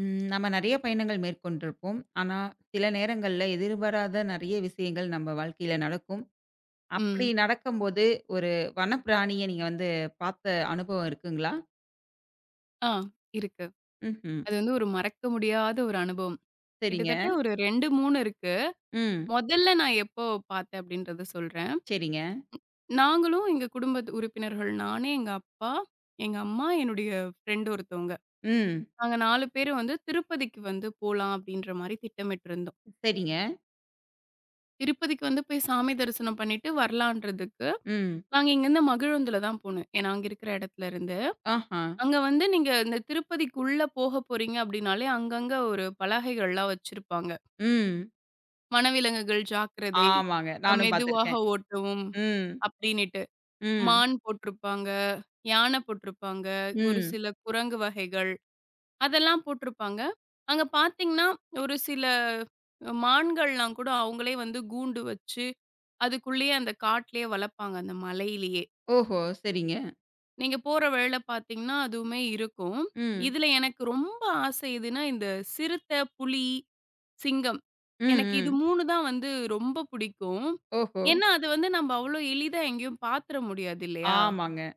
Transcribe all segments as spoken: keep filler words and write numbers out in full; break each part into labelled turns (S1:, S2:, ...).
S1: ம், நம்ம நிறைய பயணங்கள் மேற்கொண்டிருப்போம். ஆனா, சில நேரங்கள்ல எதிர்பாராத நிறைய விஷயங்கள் நம்ம வாழ்க்கையில நடக்கும். அப்படி
S2: ம்.
S1: நடக்கும்போது, ஒரு வனப்பிராணிய நீங்க வந்து பார்த்த அனுபவம் இருக்குங்களா?
S2: ஆ இருக்கு.
S1: ம்ஹ்ம்.
S2: அது வந்து ஒரு மறக்க முடியாத ஒரு அனுபவம்.
S1: சரிங்க.
S2: கிட்டத்தட்ட ஒரு இரண்டு, மூன்று இருக்கு.
S1: ம்.
S2: மொதல்ல நான் எப்போ பார்த்தேன் அப்படின்றத சொல்றேன்.
S1: சரிங்க.
S2: நாங்களும் எங்க குடும்ப உறுப்பினர்கள் நானு, எங்க அப்பா, எங்க அம்மா, என்னுடைய ஃப்ரெண்ட் ஒருத்தவங்க.
S1: ம்.
S2: நாங்க நான்கு பேரும் வந்து திருப்பதிக்கு வந்து போலாம் அப்படின்ற மாரி திட்டமிட்டிருந்தோம்.
S1: சரிங்க.
S2: திருப்பதிக்கு வந்து போய் சாமி தரிசனம் பண்ணிட்டு வரலான்றதுக்கு,
S1: ம்.
S2: நாங்க இங்கருந்து மகிழுந்துல தான் போனோம். ஏன்னா அங்க இருக்கிற இடத்துல இருந்து.
S1: ஆஹா.
S2: அங்க வந்து நீங்க இந்த திருப்பதிக்குள்ள போக போறீங்க அப்படின்னாலே, அங்கங்க ஒரு பலகைகள்லாம் வச்சிருப்பாங்க.
S1: ம்.
S2: வனவிலங்குகள் ஜாக்கிரதை,
S1: ஆமாங்க,
S2: அ
S1: நானும்
S2: மெதுவாக
S1: பார்த்துருக்கேன்.
S2: ஓட்டவும்
S1: ம்.
S2: அப்படின்னுட்டு.
S1: ம்.
S2: மான் போட்டிருப்பாங்க, யானை போட்டிருப்பாங்க, ஒரு
S1: ம்.
S2: சில குரங்கு வகைகள் அதெல்லாம் போட்டிருப்பாங்க. அங்க பார்த்தீங்கன்னா, ஒரு சில மான்கள்லாம் கூட அவங்களே வந்து கூண்டு வச்சு, அதுக்குள்ளேயே அந்த காட்டிலேயே வளர்ப்பாங்க அந்த மலையிலேயே.
S1: ஓஹோ! சரிங்க.
S2: நீங்க போற வழியில பார்த்தீங்கன்னா, அதுவுமே இருக்கும்.
S1: ம்.
S2: இதுல எனக்கு ரொம்ப ஆசை எதுன்னா, இந்த சிறுத்தை, புலி, சிங்கம்.
S1: ம்.
S2: எனக்கு இது
S1: ம்.
S2: மூன்று தான் வந்து ரொம்ப பிடிக்கும்.
S1: ஓஹோ!
S2: ஏன்னா, அது வந்து நம்ம அவ்ளோ எளிதா எங்கேயும் பார்த்துற முடியாது இல்லையா?
S1: ஆமாங்க.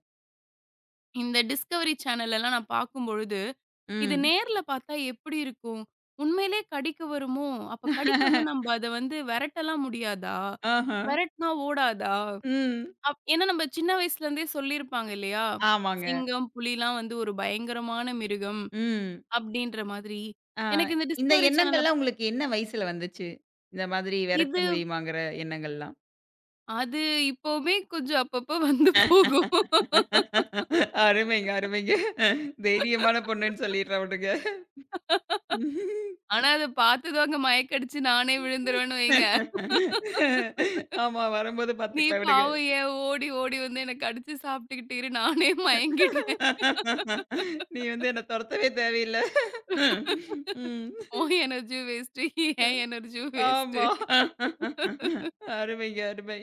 S2: இந்த டிஸ்கவரி சேனல்லலாம் நான் பார்க்கும்பொழுது, இது
S1: ம்.
S2: நேர்ல பார்த்தா எப்படி இருக்கும்? உண்மையிலே கடிக்க வருமோ? அப்ப கடிக்க வந்தா நம்ப அத வந்து விரட்டலாம் முடியாதா?
S1: ஆஹ.
S2: விரட்டுனா ஓடாதா?
S1: ம்.
S2: அப் ஏன்னா நம்ம சின்ன வயசுலேருந்தே சொல்லியிருப்பாங்க இல்லையா?
S1: ஆமாங்க.
S2: சிங்கம், புலிலாம் வந்து ஒரு பயங்கரமான மிருகம்
S1: ம்.
S2: அப்டின்ற மாதிரி.
S1: ஆ,
S2: எனக்கு இந்த
S1: இந்த
S2: டிஸ்கவரி சேனல்ல
S1: எண்ணங்கள்லாம் உங்களுக்கு என்ன வயசுல வந்துச்சு? இந்த மாதிரி விரட்ட
S2: இது
S1: முடியுமாங்கிற எண்ணங்கள்லாம்?
S2: அது இப்பவுமே கொஞ்சம் அப்பப்போ வந்து போகும்.
S1: அருமைங்க, அருமைங்க. தைரியமான பொண்ணுன்னு சொல்லிடுறேன் விடுங்க.
S2: ஆனா அத பார்த்துதாங்க மயக்கடிச்சு நானே விழுந்துருவேன்னு வைங்க.
S1: ஆமா, வரும்போது
S2: நீ
S1: பாத்துக்கலாம் விடுங்க.
S2: பாவம் ஏன் ஓடி ஓடி வந்து என்ன கடிச்சு சாப்பிட்டுக்கிட்டு இரு, நானே மயங்கிடுறேன்.
S1: நீ வந்து என்ன தொரத்தவே தேவையில்ல. ம்.
S2: உன் எனர்ஜியும் வேஸ்ட்டு, என் எனர்ஜியும் வேஸ்ட்.
S1: ஆமா. அருமைங்க, அருமை.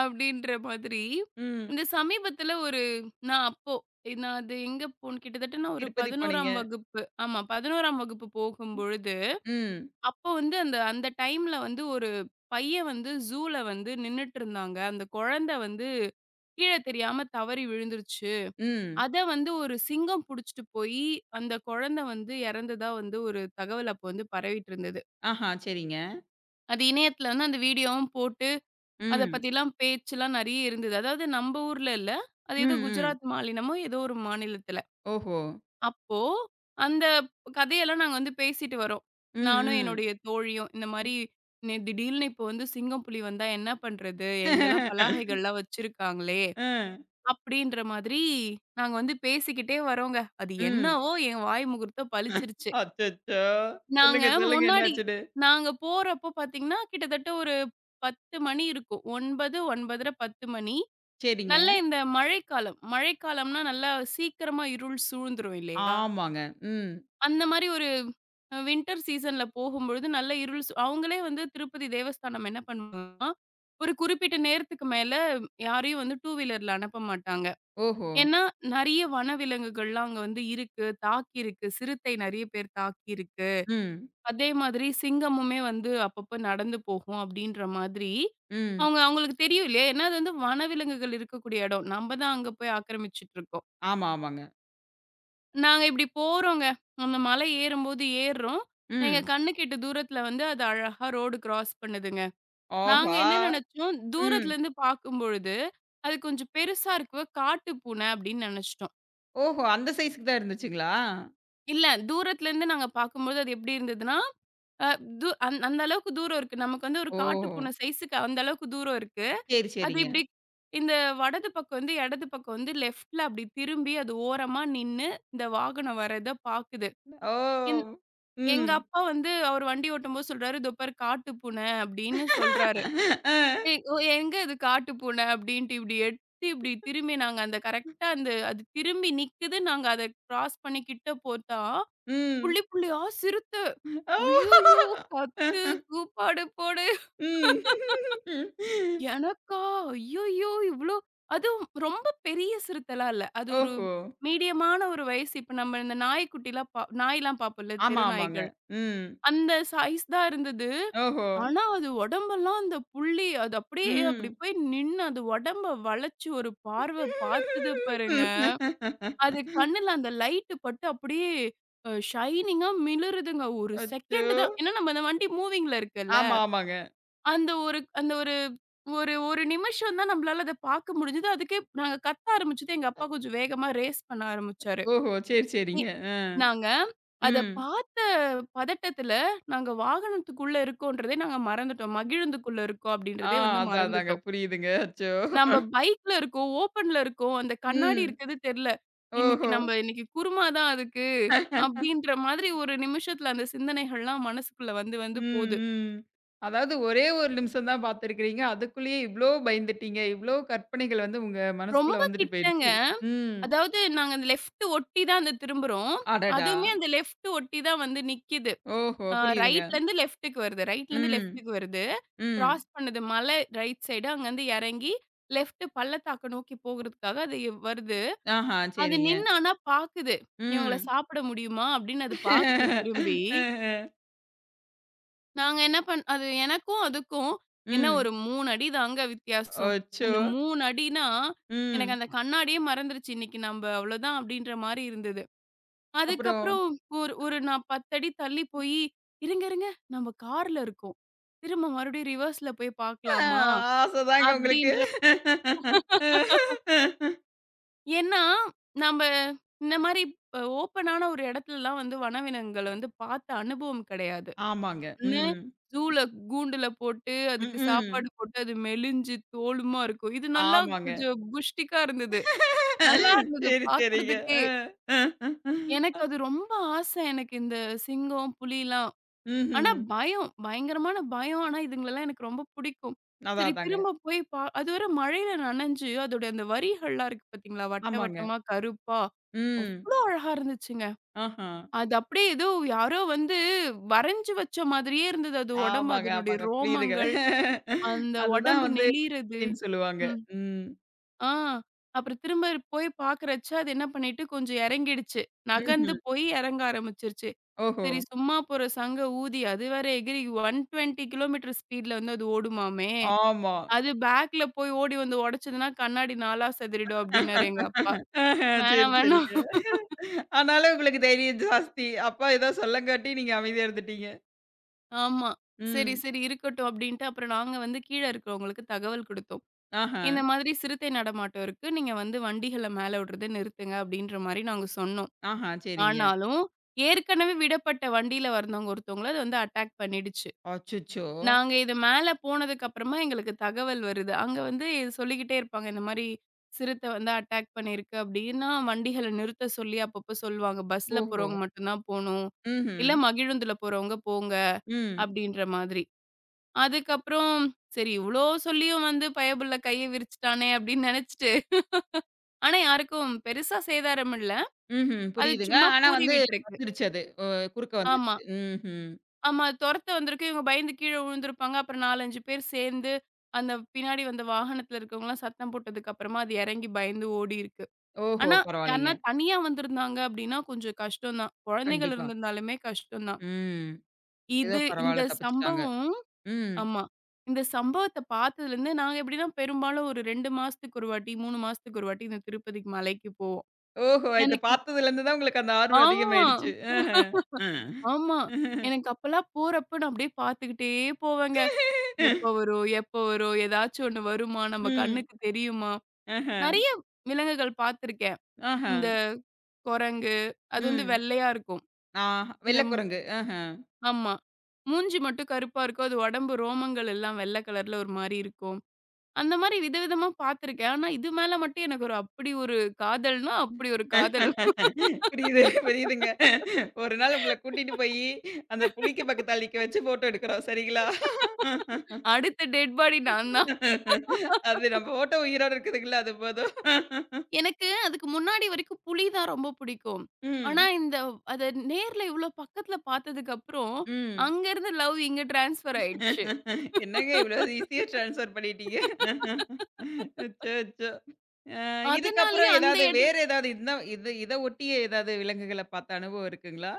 S2: அப்படின்ற மாதிரி.
S1: ம்.
S2: இந்த சமீபத்தில ஒரு நான் அப்போ நான் அது எங்க போனேன் கிட்டத்தட்ட நான் ஒரு
S1: திருப்பதி போனீங்க.
S2: 11ஆம் வகுப்பு ஆமா 11ஆம் வகுப்பு போகும்பொழுது,
S1: ம்,
S2: அப்போ வந்து அந்த அந்த டைம்ல வந்து ஒரு பையன் வந்து ஜூல வந்து நின்னுட்டுருந்தாங்க. அந்த குழந்தை வந்து கீழ தெரியாம தவறி விழுந்துருச்சு.
S1: ம்.
S2: அத வந்து ஒரு சிங்கம் புடிச்சுட்டு போயி, அந்த குழந்தை வந்து இறந்ததா வந்து ஒரு தகவல் அப்போ வந்து பரவிட்டு இருந்தது.
S1: ஆஹா, சரிங்க.
S2: அது இணையத்தில வந்து அந்த வீடியோவும் போட்டு அத
S1: ம்.
S2: பத்திலாம் பேச்சுலாம் நெறைய இருந்தது. அதாவது நம்ப ஊர்ல இல்ல. அது
S1: ம்,
S2: ஏதோ
S1: ம்.
S2: குஜராத் மாநிலமோ ஏதோ ஒரு மாநிலத்தில.
S1: ஓஹோ!
S2: அப்போ அந்த கதையெல்லாம் நாங்க வந்து பேசிட்டு வரோம்.
S1: ம்,
S2: நானும்
S1: ம்.
S2: என்னுடைய தோழியும். இந்த மாரி நி திடீல்னு இப்போ வந்து சிங்கம், புலி வந்தா என்ன பண்றது? எங்கலாம் பலகைகள்லாம் வச்சிருக்காங்களே!
S1: ம்.
S2: அப்டின்ற மாதிரி நாங்க வந்து பேசிக்கிட்டே வரோங்க. அது
S1: ம்.
S2: என்னவோ என் வாய் முகூர்த்தம் பலிச்சிருச்சு.
S1: அச்சச்சோ!
S2: நாங்க
S1: சொல்லுங்க, சொல்லுங்க,
S2: முன்னாடி
S1: என்னாச்சுன்னு?
S2: நாங்க போறப்போ பார்த்தீங்கன்னா, கிட்டத்தட்ட ஒரு பத்து மணி இருக்கும். ஒன்பது, ஒன்பதே முப்பது, பத்து மணி.
S1: சரிங்க.
S2: நல்ல இந்த மழைக்காலம். மழைக்காலம்னா நல்லா சீக்கிரமா இருள் சூழ்ந்துரும் இல்லையா?
S1: ஆமாங்க. ம்.
S2: அந்த மாரி ஒரு வின்டர் சீசன்ல போகும்பொழுது நல்ல இருள் சு அவங்களே வந்து திருப்பதி தேவஸ்தானம் என்ன பண்ணுவாங்கன்னா, ஒரு குறிப்பிட்ட நேரத்துக்கு மேல யாரையும் வந்து டூ வீலர்ல அனுப்ப மாட்டாங்க.
S1: ஓஹோ!
S2: ஏன்னா, நெறைய வனவிலங்குகள்லாம் அங்க வந்து இருக்கு, தாக்கியிருக்கு. சிறுத்தை நெறைய பேர் தாக்கியிருக்கு.
S1: ம்,
S2: அதே மாதிரி சிங்கமுமே வந்து அப்பப்ப நடந்து போகும் அப்டின்ற மாதிரி,
S1: ம்.
S2: அவங்க அவங்களுக்கு தெரியும் இல்லையா? ஏன்னா, அது வந்து வனவிலங்குகள் இருக்கக்கூடிய இடம். நம்ம தான் அங்க போய் ஆக்கிரமிச்சுட்டு இருக்கோம்.
S1: ஆமா, ஆமாங்க.
S2: நாங்க இப்டி போறோங்க. அந்த மலை ஏறும்போது ஏறுறோம். எங்க
S1: ம்.
S2: கண்ணுக்கெட்டு தூரத்துல வந்து அது அழகா ரோடு கிராஸ் பண்ணுதுங்க. நாங்க
S1: ஆஹா!
S2: என்ன நெனச்சோம்,
S1: ம்.
S2: தூரத்துலருந்து பார்க்கும்பொழுது, அது கொஞ்சம் பெருசா இருக்கு, காட்டு பூனை அப்டின்னு நெனச்சுட்டோம்.
S1: ஓஹோ! அந்த சைஸ்க்கு தான் இருந்துச்சுங்களா?
S2: இல்ல தூரத்துலருந்து நாங்க பார்க்கும்போது அது எப்டி இருந்ததுன்னா, அ து அந் அந்த அளவுக்கு தூரம் இருக்கு. நமக்கு வந்து ஒரு காட்டு
S1: ஓஹோ!
S2: பூனை சைஸுக்கு அந்த அளவுக்கு தூரம் இருக்கு.
S1: சரி,
S2: அது
S1: சரிங்க.
S2: இப்டி இந்த வடது பக்கம் வந்து, இடது பக்கம் வந்து லெஃப்ட்ல அப்டி திரும்பி அது ஓரமா நின்னு, இந்த வாகனம் வர்றத பாக்குது.
S1: ஓ!
S2: எங்க
S1: ம்.
S2: அப்பா வந்து அவரு வண்டி ஓட்டும்போது சொல்றாரு, "இதோ பாரு காட்டு பூனை" அப்படின்னு சொல்றாரு.
S1: அ.
S2: ஏ ஒ எங்க இது காட்டு பூனை அப்படின்ட்டு இப்படி எடுத்து இப்படி திரும்பி நாங்க அந்த கரெக்ட்டா அந்த அது திரும்பி நிக்குது. நாங்க அத கிராஸ் பண்ணி கிட்ட போத்தா,
S1: ம்.
S2: புள்ளி புள்ளியா சிறுத்த.
S1: ஓ!
S2: ஐய்யய்யோ! கத்து, கூப்பாடு போடு.
S1: ம்.
S2: எனக்கா? ஐய்யய்யோ! இவ்ளோ அதுவும் ரொம்ப பெரிய சிறுத்தைலாம் இல்ல. அது ஒரு
S1: ஓஹோ!
S2: மீடியமான ஒரு வயசு. இப்ப நம்ம இந்த நாய்க்குட்டிலாம் பா நாய்லாம் பாப்போம்ல,
S1: ஆமா,
S2: தெரு
S1: ஆமாங்க.
S2: நாய்கள்.
S1: ம்.
S2: அந்த சைஸ் தான் இருந்தது.
S1: ஓஹோ!
S2: ஆனா, அது உடம்பெல்லாம் அந்த புள்ளி அது அப்படியே அப்படி
S1: ம்.
S2: போய் நின்னு, அது உடம்ப வளைச்சு ஒரு பார்வை பாத்துது பாருங்க. அது கண்ணுல அந்த லைட்டு பட்டு அப்படியே அ ஷைனிங்கா மிளிருதுங்க. ஒரு
S1: அச்சோ!
S2: செகண்ட் தான். ஏன்னா, நம்ம அந்த வண்டி மூவிங்ல இருக்குல்ல.
S1: ஆமா, ஆமாங்க.
S2: அந்த ஒரு அந்த ஒரு ஒரு ஒரு நிமிஷம் தான் நம்மளால அத பாக்க முடிஞ்சது. அதுக்கே நாங்க கத்த ஆரம்பிச்சது. எங்க அப்பா கொஞ்சம் வேகமா ரேஸ் பண்ண ஆரம்பிச்சாரு.
S1: ஓஹோ! சரி,
S2: இ
S1: சரிங்க. அ.
S2: நாங்க அத
S1: ம்.
S2: பார்த்த பதட்டத்துல, நாங்க வாகனத்துக்குள்ள இருக்கோன்றதே நாங்க மறந்துட்டோம். மகிழுந்துக்குள்ள இருக்கோம்
S1: ஆ,
S2: அப்படின்றதே வந்து
S1: அதான், அதாங்க.
S2: மறந்துட்டோம்.
S1: புரியுதுங்க. அச்சோ!
S2: நம்ப பைக்ல இருக்கோம், ஓப்பன்ல இருக்கோம். அந்த கண்ணாடி
S1: ம்.
S2: இருக்கிறது தெர்ல. இன்னைக்கு
S1: ஓஹோ!
S2: நம்ம இன்னைக்கு குருமா தான் அதுக்கு, அப்படின்ற மாதிரி ஒரு நிமிஷத்துல அந்த சிந்தனைகள்லாம் மனசுக்குள்ள வந்து வந்து
S1: ம்,
S2: போது.
S1: ம். அதாவது ஒரே ஒரு நிமிஷம் தான் பார்த்துருக்கிறீங்க. அதுக்குள்ளேயே இவ்ளோ பயந்துட்டீங்க. இவ்ளோ கற்பனைகள் வந்து உங்க மனசுக்குள்ள
S2: ரொம்ப
S1: வந்துட்டு
S2: கிட்டங்க.
S1: போயிருச்சு. ம்.
S2: அதாவது நாங்க அந்த லெஃப்ட் ஒட்டி தான் அந்த திரும்புறோம்.
S1: அடடா!
S2: அதுவுமே அந்த லெஃப்ட் ஒட்டி தான் வந்து நிக்கிது.
S1: ஓஹோ!
S2: ஆ
S1: புரியுதுங்க.
S2: ரைட்லருந்து லெஃப்ட்‌டுக்கு வருது. ரைட்லருந்து
S1: ம்,
S2: லெஃப்ட்‌டுக்கு வருது.
S1: ம்.
S2: கிராஸ் பண்ணுது. மலை ரைட் சைடு. அங்கருந்து எறங்கி லெஃப்ட் பள்ளத்தாக்க நோக்கி போகுறதுக்காக அது வருது.
S1: ஆஹா!
S2: அது
S1: சரிங்க.
S2: நின்னு ஆனா பாக்குது. இவங்கள
S1: ம்.
S2: சாப்பிட முடியுமா? அப்படின்னு அது பாக்குது திரும்பி.
S1: ஆஹா.
S2: நாங்க என்ன பண் அது எனக்கும் அதுக்கும் என்ன
S1: ம்.
S2: ஒரு மூன்று அடி தாங்க வித்தியாசம்.
S1: அச்சோ!
S2: அந்த மூன்று அடினா, எனக்கு
S1: ம்.
S2: அந்த கண்ணாடியே மறந்துருச்சு. இன்னைக்கு நம்ப அவ்வளோதான் அப்படின்ற மாரி இருந்தது.
S1: அப்புறம்
S2: அதுக்கப்புறம் ஒரு ஒரு நான் பத்து அடி தள்ளி போயி, "இருங்க, இருங்க நம்ம கார்ல இருக்கோம். திரும்ப மறுபடியும் ரிவர்ஸ்ல போய்
S1: ஆ,
S2: பார்க்கலாமா?"
S1: ஆசதாங்க உங்களுக்கு.
S2: அப்படின்ற ஏன்னா, நம்ப இந்த மாரி அ ஓப்பனான ஒரு இடத்துலலாம் வந்து வனவிலங்குகள வந்து பார்த்த அனுபவம் கிடையாது.
S1: ஆமாங்க.
S2: ஒண்ணு
S1: ம்.
S2: ஜூல கூண்டுல போட்டு, அதுக்கு
S1: ம்ஹ்ம்.
S2: சாப்பாடு போட்டு, அது மெலிஞ்சு தோலுமா இருக்கும். இது நல்லா
S1: ஆமாங்க.
S2: கொஞ்சம் புஷ்டிக்கா இருந்தது. நல்லா இருந்தது
S1: சரி, சரிங்க.
S2: பார்க்கறதுக்கே.
S1: அ, அ.
S2: எனக்கு அது ரொம்ப ஆசை. எனக்கு இந்த சிங்கம், புலிலாம் ஆனா
S1: ம்ஹ்ம்.
S2: பயம். பயங்கரமான பயம். ஆனா இதுங்களெல்லாம் எனக்கு ரொம்ப புடிக்கும்.
S1: அதான்,
S2: சரி
S1: அதாங்க.
S2: திரும்ப போய் பா அது வேற மழையில நனைஞ்சு, அதோட அந்த வரிகள்லாம் இருக்கு பார்த்தீங்களா? வட்ட
S1: ஆமாங்க.
S2: வட்டமா, கருப்பா.
S1: ம்.
S2: அவ்ளோ அழகா இருந்துச்சுங்க.
S1: ஆஹா.
S2: அது அப்படியே ஏதோ யாரோ வந்து வரைஞ்சு வச்ச மாதிரியே இருந்தது அது உடம்பு.
S1: ஆமாங்க,
S2: அதனுடைய
S1: ஆமாங்க. புரியுதுங்க.
S2: ரோமங்கள், அந்த
S1: அதுதான்
S2: உடம்பு
S1: வந்து
S2: நெளியிறது.
S1: ன்னு சொல்லுவாங்க.
S2: ம்.
S1: ம்.
S2: ஆ. அப்புறம் திரும்ப போய் பார்க்குறச்ச, அது என்ன பண்ணிட்டு கொஞ்சம் இறங்கிடுச்சு.
S1: ம்ஹ்ம்.
S2: நகர்ந்து போய் இறங்க ஆரம்பிச்சுருச்சு.
S1: ஓஹோ!
S2: சரி, சும்மா போற சங்க ஊதி, அது வேற எகிறி நூற்று இருபது கிலோமீட்டர் ஸ்பீட்ல வந்து அது ஓடுமாமே!
S1: ஆமா.
S2: அது பேக்ல போய் ஓடி வந்து உடைச்சதுன்னா, கண்ணாடி நாலா சிதறிடும் அப்டின்னாரு எங்க அப்பா.
S1: ஆஹ. சரி,
S2: வேணாம், வேணாம்.
S1: சரிங்க. ஆனாலும் உங்களுக்கு தைரியம் ஜாஸ்தி. அப்பா ஏதோ சொல்லங்காட்டி நீங்க அமைதியா இருந்துட்டீங்க.
S2: ஆமா. சரி,
S1: ம்.
S2: சரி இருக்கட்டும் அப்டின்ட்டு, அப்புறம் நாங்க வந்து கீழ இருக்கிறவங்களுக்கு தகவல் குடுத்தோம்.
S1: ஆஹா.
S2: இந்த மாதிரி சிறுத்தை நடமாட்டம் இருக்கு. நீங்க வந்து வண்டிகள மேல விடுறத நிறுத்துங்க அப்டின்ற மாரி நாங்க சொன்னோம்.
S1: ஆஹா. சரிங்க.
S2: ஆனாலும், ஏற்கனவே விடப்பட்ட வண்டியில வந்தவங்க ஒருத்தவங்கள அது வந்து அட்டாக் பண்ணிடுச்சு.
S1: அச்சச்சோ!
S2: நாங்க இது மேல போனதுக்கு அப்புறமா எங்களுக்கு தகவல் வருது. அங்க வந்து இது சொல்லிக்கிட்டே இருப்பாங்க. இந்த மாரி சிறுத்தை வந்து அட்டாக் பண்ணியிருக்கு அப்டின்னா, வண்டிகள நிறுத்த சொல்லி அப்பப்போ சொல்லுவாங்க. பஸ்ல
S1: ஓஹோ!
S2: போறவங்க மட்டும் தான் போணும்.
S1: ம்ஹ்ம்.
S2: இல்ல மகிழுந்துல போறவங்க போங்க
S1: ம்.
S2: அப்டின்ற மாதிரி. அதுக்கப்புறம் சரி இவ்ளோ சொல்லியும் வந்து பயபுள்ள கைய விரிச்சுட்டானே அப்டின்னு நெனச்சுட்டு ஆனா யாருக்கும் பெருசா சேதாரம் இல்ல.
S1: ம்ஹ்ம்.
S2: அது
S1: புரியுதுங்க.
S2: சும்மா
S1: ஆனா
S2: பூரி
S1: வந்து
S2: விட்டுருக்கு.
S1: வந்துருச்சு அது. ஒ, குறுக்க
S2: ஆமா.
S1: வந்துருச்சு. ம்ஹ்ம்.
S2: ஆமா. தொரத்த வந்திருக்கு. இவங்க பயந்து கீழ விழுந்திருப்பாங்க. அப்புறம் நான்கு, ஐந்து பேர் சேர்ந்து, அந்த பின்னாடி வந்த வாகனத்துல இருக்கவங்கலாம் சத்தம் போட்டதுக்கு அப்புறமா, அது எறங்கி பயந்து ஓடியிருக்கு.
S1: ஓஹோ!
S2: ஆனா,
S1: பரவாயில்லைங்க.
S2: யாருன்னா தனியா வந்திருந்தாங்க அப்படின்னா, கொஞ்சம் கஷ்டம் தான். குழந்தைகள்
S1: கண்டிப்பா.
S2: இருந்திருந்தாலுமே கஷ்டம் தான்.
S1: ம். ஏதோ
S2: இது இந்த
S1: பரவால்ல தப்பிச்சுட்டாங்க.
S2: சம்பவம்
S1: ம்.
S2: ஆமா. இந்த சம்பவத்த பார்த்ததுலருந்து நாங்க எப்படின்னா, பெரும்பாலும் ஒரு இரண்டு மாசத்துக்கு ஒரு வாட்டி, மூன்று மாசத்துக்கு ஒரு வாட்டி இந்த திருப்பதிக்கு மலைக்கு போவோம்.
S1: ஓஹோ! இத
S2: எனக்கு
S1: பார்த்ததுலருந்து தான் உங்களுக்கு அந்த ஆர்வம்
S2: ஆமா,
S1: அதிகமாயிடுச்சு. ஆஹ. அ.
S2: ஆமா. எனக்கு அப்பலாம் போறப்ப நான் அப்படியே பார்த்துக்கிட்டே போவேங்க. எப்ப வரும்? எப்ப வரும்? ஏதாச்சும் ஒண்ணு வருமா? நம்ம
S1: ம்.
S2: கண்ணுக்கு தெரியுமா?
S1: ஆஹ.
S2: நெறைய விலங்குகள் பார்த்துருக்கேன்.
S1: ஆஹ.
S2: இந்த குரங்கு, அது வந்து
S1: ம்.
S2: வெள்ளையா இருக்கும்.
S1: ஆ,
S2: இந்த
S1: வெள்ள
S2: ம்
S1: குரங்கு. ஆஹ.
S2: ஆமா. மூஞ்சி மட்டும் கருப்பா இருக்கும். அது உடம்பு ரோமங்கள் எல்லாம் வெள்ள கலர்ல ஒரு மாரி இருக்கும். அந்த மாரி விதவிதமா பார்த்துருக்கேன். ஆனா, இது மேல மட்டும் எனக்கு ஒரு அப்படி ஒரு காதல்னா, அப்படி ஒரு காதல்.
S1: புரியுது, புரியுதுங்க. ஒரு நாள் உங்கள கூட்டிட்டு போயி, அந்த புளிக்கு பக்கத்தால நிக்க வச்சு ஃபோட்டோ எடுக்குறோம். சரிங்களா?
S2: அடுத்த டெட் பாடி நான் தான்.
S1: அது நம்ம ஃபோட்டோ உயிரோட இருக்குதுங்கள, அது போதும்.
S2: எனக்கு அதுக்கு முன்னாடி வரைக்கும் புலி தான் ரொம்ப பிடிக்கும். ஆனா,
S1: ம்,
S2: இந்த அத நேர்ல இவ்ளோ பக்கத்துல பார்த்ததுக்கு அப்புறம்,
S1: ம்.
S2: அங்கருந்து லவ் இங்க ட்ரான்ஸ்ஃபர் ஆயிடுச்சு.
S1: என்னங்க இவ்ளோ ஈஸியா ட்ரான்ஸ்ஃபர் பண்ணிட்டீங்க. அச்சோ, அச்சோ. அ,
S2: அதனாலயே
S1: இதுக்கப்புறம்
S2: அந்த
S1: ஏதாவது வேற
S2: இடம்
S1: ஏதாவது இந்த இது இத ஒட்டிய ஏதாவது விலங்குகள பார்த்த அனுபவம் இருக்குங்களா?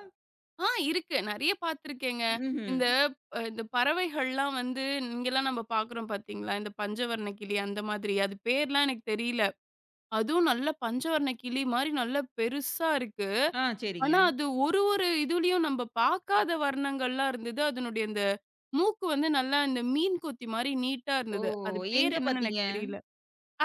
S2: ஆ இருக்கு. நெறைய பார்த்துருக்கேங்க.
S1: ம்ஹ்ம்.
S2: இந்த அ இந்த பறவைகள்லாம் வந்து இங்கலாம் நம்ம பார்க்குறோம் பார்த்தீங்களா? இந்த பஞ்சவர்ண கிளி அந்த மாதிரி. அது பேர்லாம் எனக்கு தெரியல. அதுவும் நல்ல பஞ்சவர்ண கிளி மாரி நல்லா பெருசா இருக்கு.
S1: ஆ, சரிங்க.
S2: ஆனா, அது ஒரு ஒரு இதுலயும் நம்ம பார்க்காத வர்ணங்கள்லாம் இருந்தது. அதனுடைய அந்த மூக்கு வந்து நல்லா இந்த மீன் கொத்தி மாரி நீட்டா
S1: ஓ!
S2: இருந்தது. அது
S1: எங்க
S2: பேர் என்னன்னு
S1: பாத்தீங்க?
S2: எனக்கு தெரியல.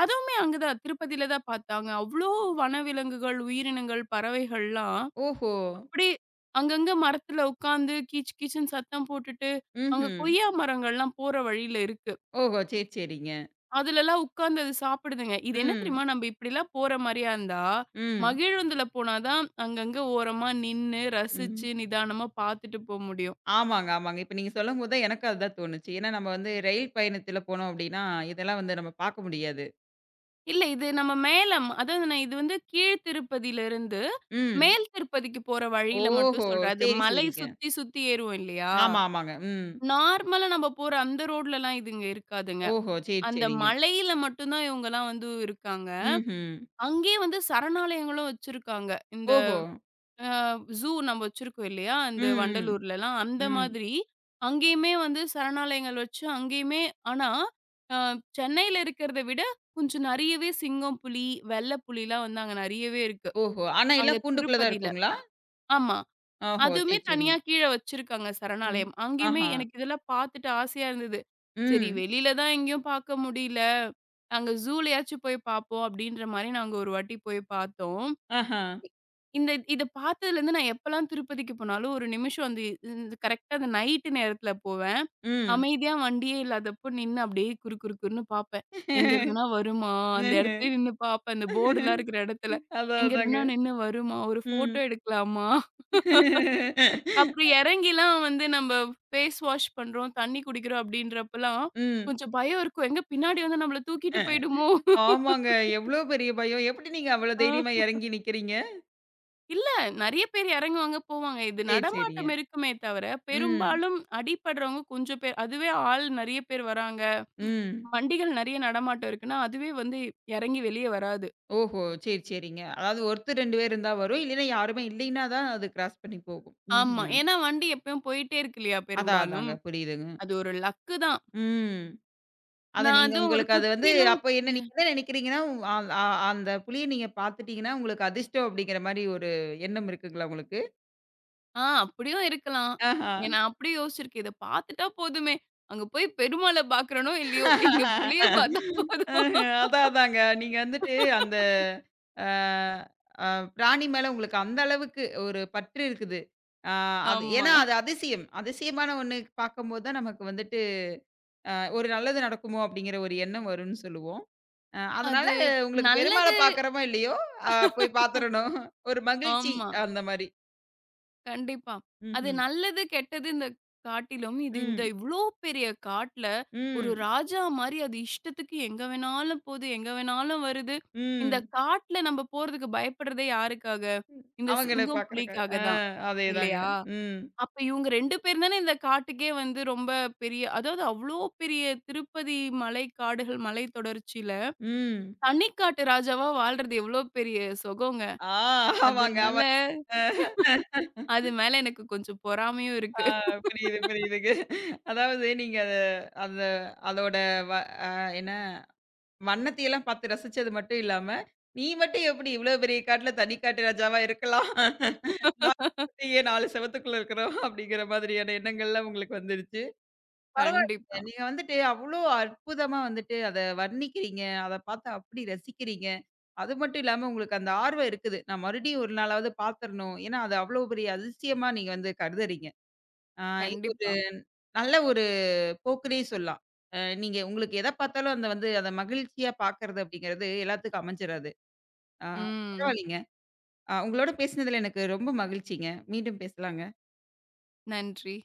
S2: அதுவுமே அங்க தான் திருப்பதியில தான் பார்த்தாங்க. அவ்ளோ வனவிலங்குகள், உயிரினங்கள், பறவைகள்லாம்
S1: ஓஹோ!
S2: அப்படியே அங்கங்க மரத்துல உட்காந்து கீச் கீச்சுன்னு சத்தம் போட்டுட்டு, அங்க
S1: ம்ஹ்ம்.
S2: கொய்யா மரங்கள்லாம் போற வழியில இருக்கு.
S1: ஓஹோ! சரி, சரிங்க.
S2: அதுலலாம் உட்காந்து அது சாப்பிடுதுங்க. இது என்ன
S1: ம்.
S2: தெரியுமா? நம்ம இப்படிலாம் போற மாரியா இருந்தா,
S1: ம்.
S2: மகிழுந்துல போனா தான் அங்கங்க ஓரமா நின்னு,
S1: ம்.
S2: ரசிச்சு, நிதானமா பார்த்துட்டு போ முடியும்.
S1: ஆமாங்க, ஆமாங்க. இப்ப நீங்க சொல்லும்போது தான் எனக்கும் அதுதான் தோணுச்சு. ஏன்னா நம்ம வந்து ரயில் பயணத்துல போனோம் அப்டின்னா, இதெல்லாம் வந்து நம்ம பாக்க முடியாது.
S2: இல்ல இது நம்ம மேல ம- அதாவது நான் இது வந்து கீழ் திருப்பதியிலிருந்து
S1: ம்.
S2: மேல் திருப்பதிக்கு போற வழியில மட்டும்
S1: ஓஹோ!
S2: சொல்றேன். அது
S1: சரி,
S2: மலை
S1: சரிங்க.
S2: சுத்தி சுத்தி ஏறுவோம் இல்லையா?
S1: ஆமா, ஆமாங்க. ம்.
S2: நார்மலா நம்ம போற அந்த ரோட்லலாம் இதுங்க இருக்காதுங்க.
S1: ஓஹோ! சரி,
S2: அந்த
S1: சரிங்க.
S2: மலையில மட்டும் தான் இவங்கலாம் வந்து இருக்காங்க.
S1: ம்ஹ்ம்.
S2: அங்கேயே வந்து சரணாலயங்களும் வச்சிருக்காங்க. இந்த
S1: ஓஹோ!
S2: அ ஜூ நம்ம வச்சிருக்கோம் இல்லையா?
S1: ம்,
S2: இந்த
S1: ம்.
S2: வண்டலூர்லலாம் அந்த
S1: ம்.
S2: மாதிரி அங்கேயுமே வந்து சரணாலயங்கள் வச்சு அங்கேயுமே ஆனா அ சென்னையில இருக்கிறத விட கொஞ்சம் நெறையவே சிங்கம், புலி, வெள்ள புலிலாம் வந்து அங்க நெறையவே இருக்கு.
S1: ஓஹோ! ஆனா
S2: அங்க
S1: எல்லாம் கூண்டுக்குள்ள தான்
S2: திருப்பதில.
S1: இருக்குங்களா?
S2: ஆமா.
S1: ஓஹோ!
S2: அதுவுமே
S1: சரி,
S2: தனியா
S1: சரிங்க.
S2: கீழ வச்சிருக்காங்க
S1: ம்.
S2: சரணாலயம். அங்கேயுமே
S1: ஆஹா.
S2: எனக்கு இதெல்லாம் பார்த்துட்டு ஆசையா இருந்தது. சரி
S1: ம்.
S2: வெளியில தான் எங்கேயும் பார்க்க முடியல. அங்க ஜூலயாச்சும் போய் பார்ப்போம் அப்டின்ற மாரி நாங்க ஒரு வாட்டி போய் பார்த்தோம்.
S1: ஆஹா.
S2: இந்த இத பார்த்ததுலேருந்து நான் எப்பலாம் திருப்பதிக்கு போனாலும் ஒரு நிமிஷம் வந்து இந்த கரெக்ட்டா அந்த நைட்டு நேரத்தில போவேன்.
S1: ம்.
S2: அமைதியா வண்டியே இல்லாதப்போ நின்னு அப்டியே குறு குறு குறுன்னு பார்ப்பேன். எங்க இருந்துனா வருமா? அந்த இடத்துலயே நின்னு பார்ப்பேன். அந்த
S1: ம்ஹ்ம்.
S2: போர்டுலாம் இருக்கிற இடத்துல.
S1: அதான்
S2: எங்க
S1: அதாங்க.
S2: இருந்துனா நின்னு வருமா? ஒரு ஃபோட்டோ
S1: ம்.
S2: எடுக்கலாமா? அப்புறம் இறங்கிலாம் வந்து நம்ம ஃபேஸ் வாஷ் பண்றோம், தண்ணி குடிக்கிறோம் அப்படின்றப்பலாம்,
S1: ம்.
S2: கொஞ்சம் பயம் இருக்கும். எங்க பின்னாடி வந்து நம்மள தூக்கிட்டு போயிடுமோ?
S1: ஆமாங்க. எவ்ளோ பெரிய பயம். எப்படி நீங்க அவ்வளோ தைரியமா
S2: ஆ
S1: இறங்கி நிக்கிறீங்க?
S2: இல்ல நெறைய பேர் இறங்குவாங்க, போவாங்க. இது
S1: சரி, சரிங்க.
S2: நடமாட்டம் இருக்குமே தவிர,
S1: ம்.
S2: பெரும்பாலும் அடிபடுறவங்க கொஞ்சம் பேர். அதுவே ஆள் நெறைய பேர் வராங்க,
S1: ம்.
S2: வண்டிகள் நெறைய நடமாட்டம் இருக்குன்னா, அதுவே வந்து இறங்கி வெளிய வராது.
S1: ஓஹோ! சரி, சரிங்க. அதாவது ஒருத்தர் இரண்டு பேர் இருந்தா வரும். இல்லைன்னா யாருமே இல்லைன்னா தான் அது கிராஸ் பண்ணி போகும்.
S2: ஆமா.
S1: ம்ஹ்ம்.
S2: ஏன்னா வண்டி எப்பயும் போயிட்டே இருக்கு இல்லையா
S1: அதான்
S2: பெரும்பாலும்.
S1: அதாங்க. புரியுதுங்க.
S2: அது ஒரு லக்கு தான்.
S1: ம். அத
S2: நான்
S1: நீங்க
S2: அதுவும் ஒரு
S1: உங்களுக்கு அது வந்து,
S2: குச்சிலாம்
S1: அப்ப என்ன நீங்க என்ன நினைக்கிறீங்கன்னா, அ அ அந்த புலிய நீங்க பார்த்துட்டீங்கன்னா உங்களுக்கு அதிர்ஷ்டம் அப்படிங்கிற மாரி ஒரு எண்ணம் இருக்குங்களா உங்களுக்கு?
S2: ஆ அப்படியும் இருக்கலாம்.
S1: ஆஹா.
S2: ஏ நான் அப்படி யோசிச்சிருக்கேன். இத பார்த்துட்டா போதுமே. அங்க போய் பெருமாள பார்க்குறனோ இல்லையோ, இங்க புலிய பார்த்தா போதும்.
S1: அஹ, அதான் அதாங்க. நீங்க வந்துட்டு அந்த அ அ பிராணி மேல உங்களுக்கு அந்த அளவுக்கு ஒரு பற்று இருக்குது. ஆ, அது
S2: ஆமா.
S1: ஏன்னா அது அதிசயம். அதிசயமான ஒண்ணு பார்க்கும்போது தான் நமக்கு வந்துட்டு அ ஒரு நல்லது நடக்குமோ! அப்படிங்கிற ஒரு எண்ணம் வரும்ன்னு சொல்லுவோம். அ, அதனால
S2: அது
S1: உங்களுக்கு பெருமாள
S2: நல்லது.
S1: பார்க்குறோமோ இல்லையோ! அ, போய் பார்த்துறணும். ஒரு மகிழ்ச்சி
S2: ஆமா.
S1: அந்த மாரி.
S2: கண்டிப்பா. அது
S1: ம்ஹ்ம்.
S2: நல்லது, கெட்டது இந்த காட்டிலும், இது இந்த
S1: ம்.
S2: இவ்ளோ பெரிய காட்ல, ஒரு
S1: ம்.
S2: ராஜா மாரி அது இஷ்டத்துக்கு எங்க வேணாலும் போது, எங்க வேணாலும் வருது. இந்த
S1: ம்.
S2: காட்ல நம்ம போறதுக்கு பயப்படுறதே யாருக்காக? இந்த
S1: அவங்கள
S2: சிங்கம்,
S1: பார்க்குறக்காக.
S2: புலிக்காக
S1: ஆ,
S2: தான்.
S1: அதேதாங்க.
S2: இல்லையா?
S1: ம்.
S2: அப்ப இவங்க இரண்டு பேரும் தானே இந்த காட்டுக்கே வந்து ரொம்ப பெரிய அதாவது அவ்ளோ பெரிய திருப்பதி மலைக்காடுகள், மலை தொடர்ச்சியில
S1: ம்.
S2: தனிக்காட்டு ராஜாவா வாழ்றது எவ்ளோ பெரிய சுகங்க.
S1: ஆ, ஆமாங்க.
S2: அதனால
S1: ஆமாங்க.
S2: அது மேல எனக்கு கொஞ்சம் பொறாமையும்
S1: ஆ,
S2: இருக்கு.
S1: புரியுது, புரியுதுங்க. அதாவது நீங்க அத அந்த அதோட வ அ என்ன வண்ணத்தையெல்லாம் பார்த்து ரசிச்சது மட்டும் இல்லாம, நீ மட்டும் எப்படி இவ்ளோ பெரிய காட்டுல தனி காட்டு ராஜாவா இருக்கலாம்? நாங்க மட்டும் ஏன் நான்கு செவத்துக்குள்ள இருக்கிறோம்? அப்படிங்கிற மாதிரியான எண்ணங்கள்லாம் உங்களுக்கு வந்துருச்சு. பரவாயில்லைங்க.
S2: கண்டிப்பா,
S1: நீங்க வந்துட்டு அவ்ளோ அற்புதமா வந்துட்டு அத வர்ணிக்கிறீங்க. அத பார்த்து அப்படி ரசிக்கிறீங்க. அது மட்டும் இல்லாம உங்களுக்கு அந்த ஆர்வம் இருக்குது. நான் மறுபடியும் ஒரு நாளாவது பார்த்துறணும். ஏன்னா, அது அவ்ளோ பெரிய அதிசயமா நீங்க வந்து கருதுறீங்க. ஆ, இது ஒரு
S2: கண்டிப்பா.
S1: நல்ல ஒரு போக்குலயே சொல்லாம். அ, நீங்க உங்களுக்கு எத பார்த்தாலும் அந்த வந்து அத மகிழ்ச்சியா பார்க்கறது அப்படிங்கிறது எல்லாத்துக்கும் அமைஞ்சிராது. ஆ,
S2: ம்.
S1: பரவாயில்லைங்க. அ, உங்களோட பேசினதுல எனக்கு ரொம்ப மகிழ்ச்சிங்க. மீண்டும் பேசலாங்க.
S2: நன்றி.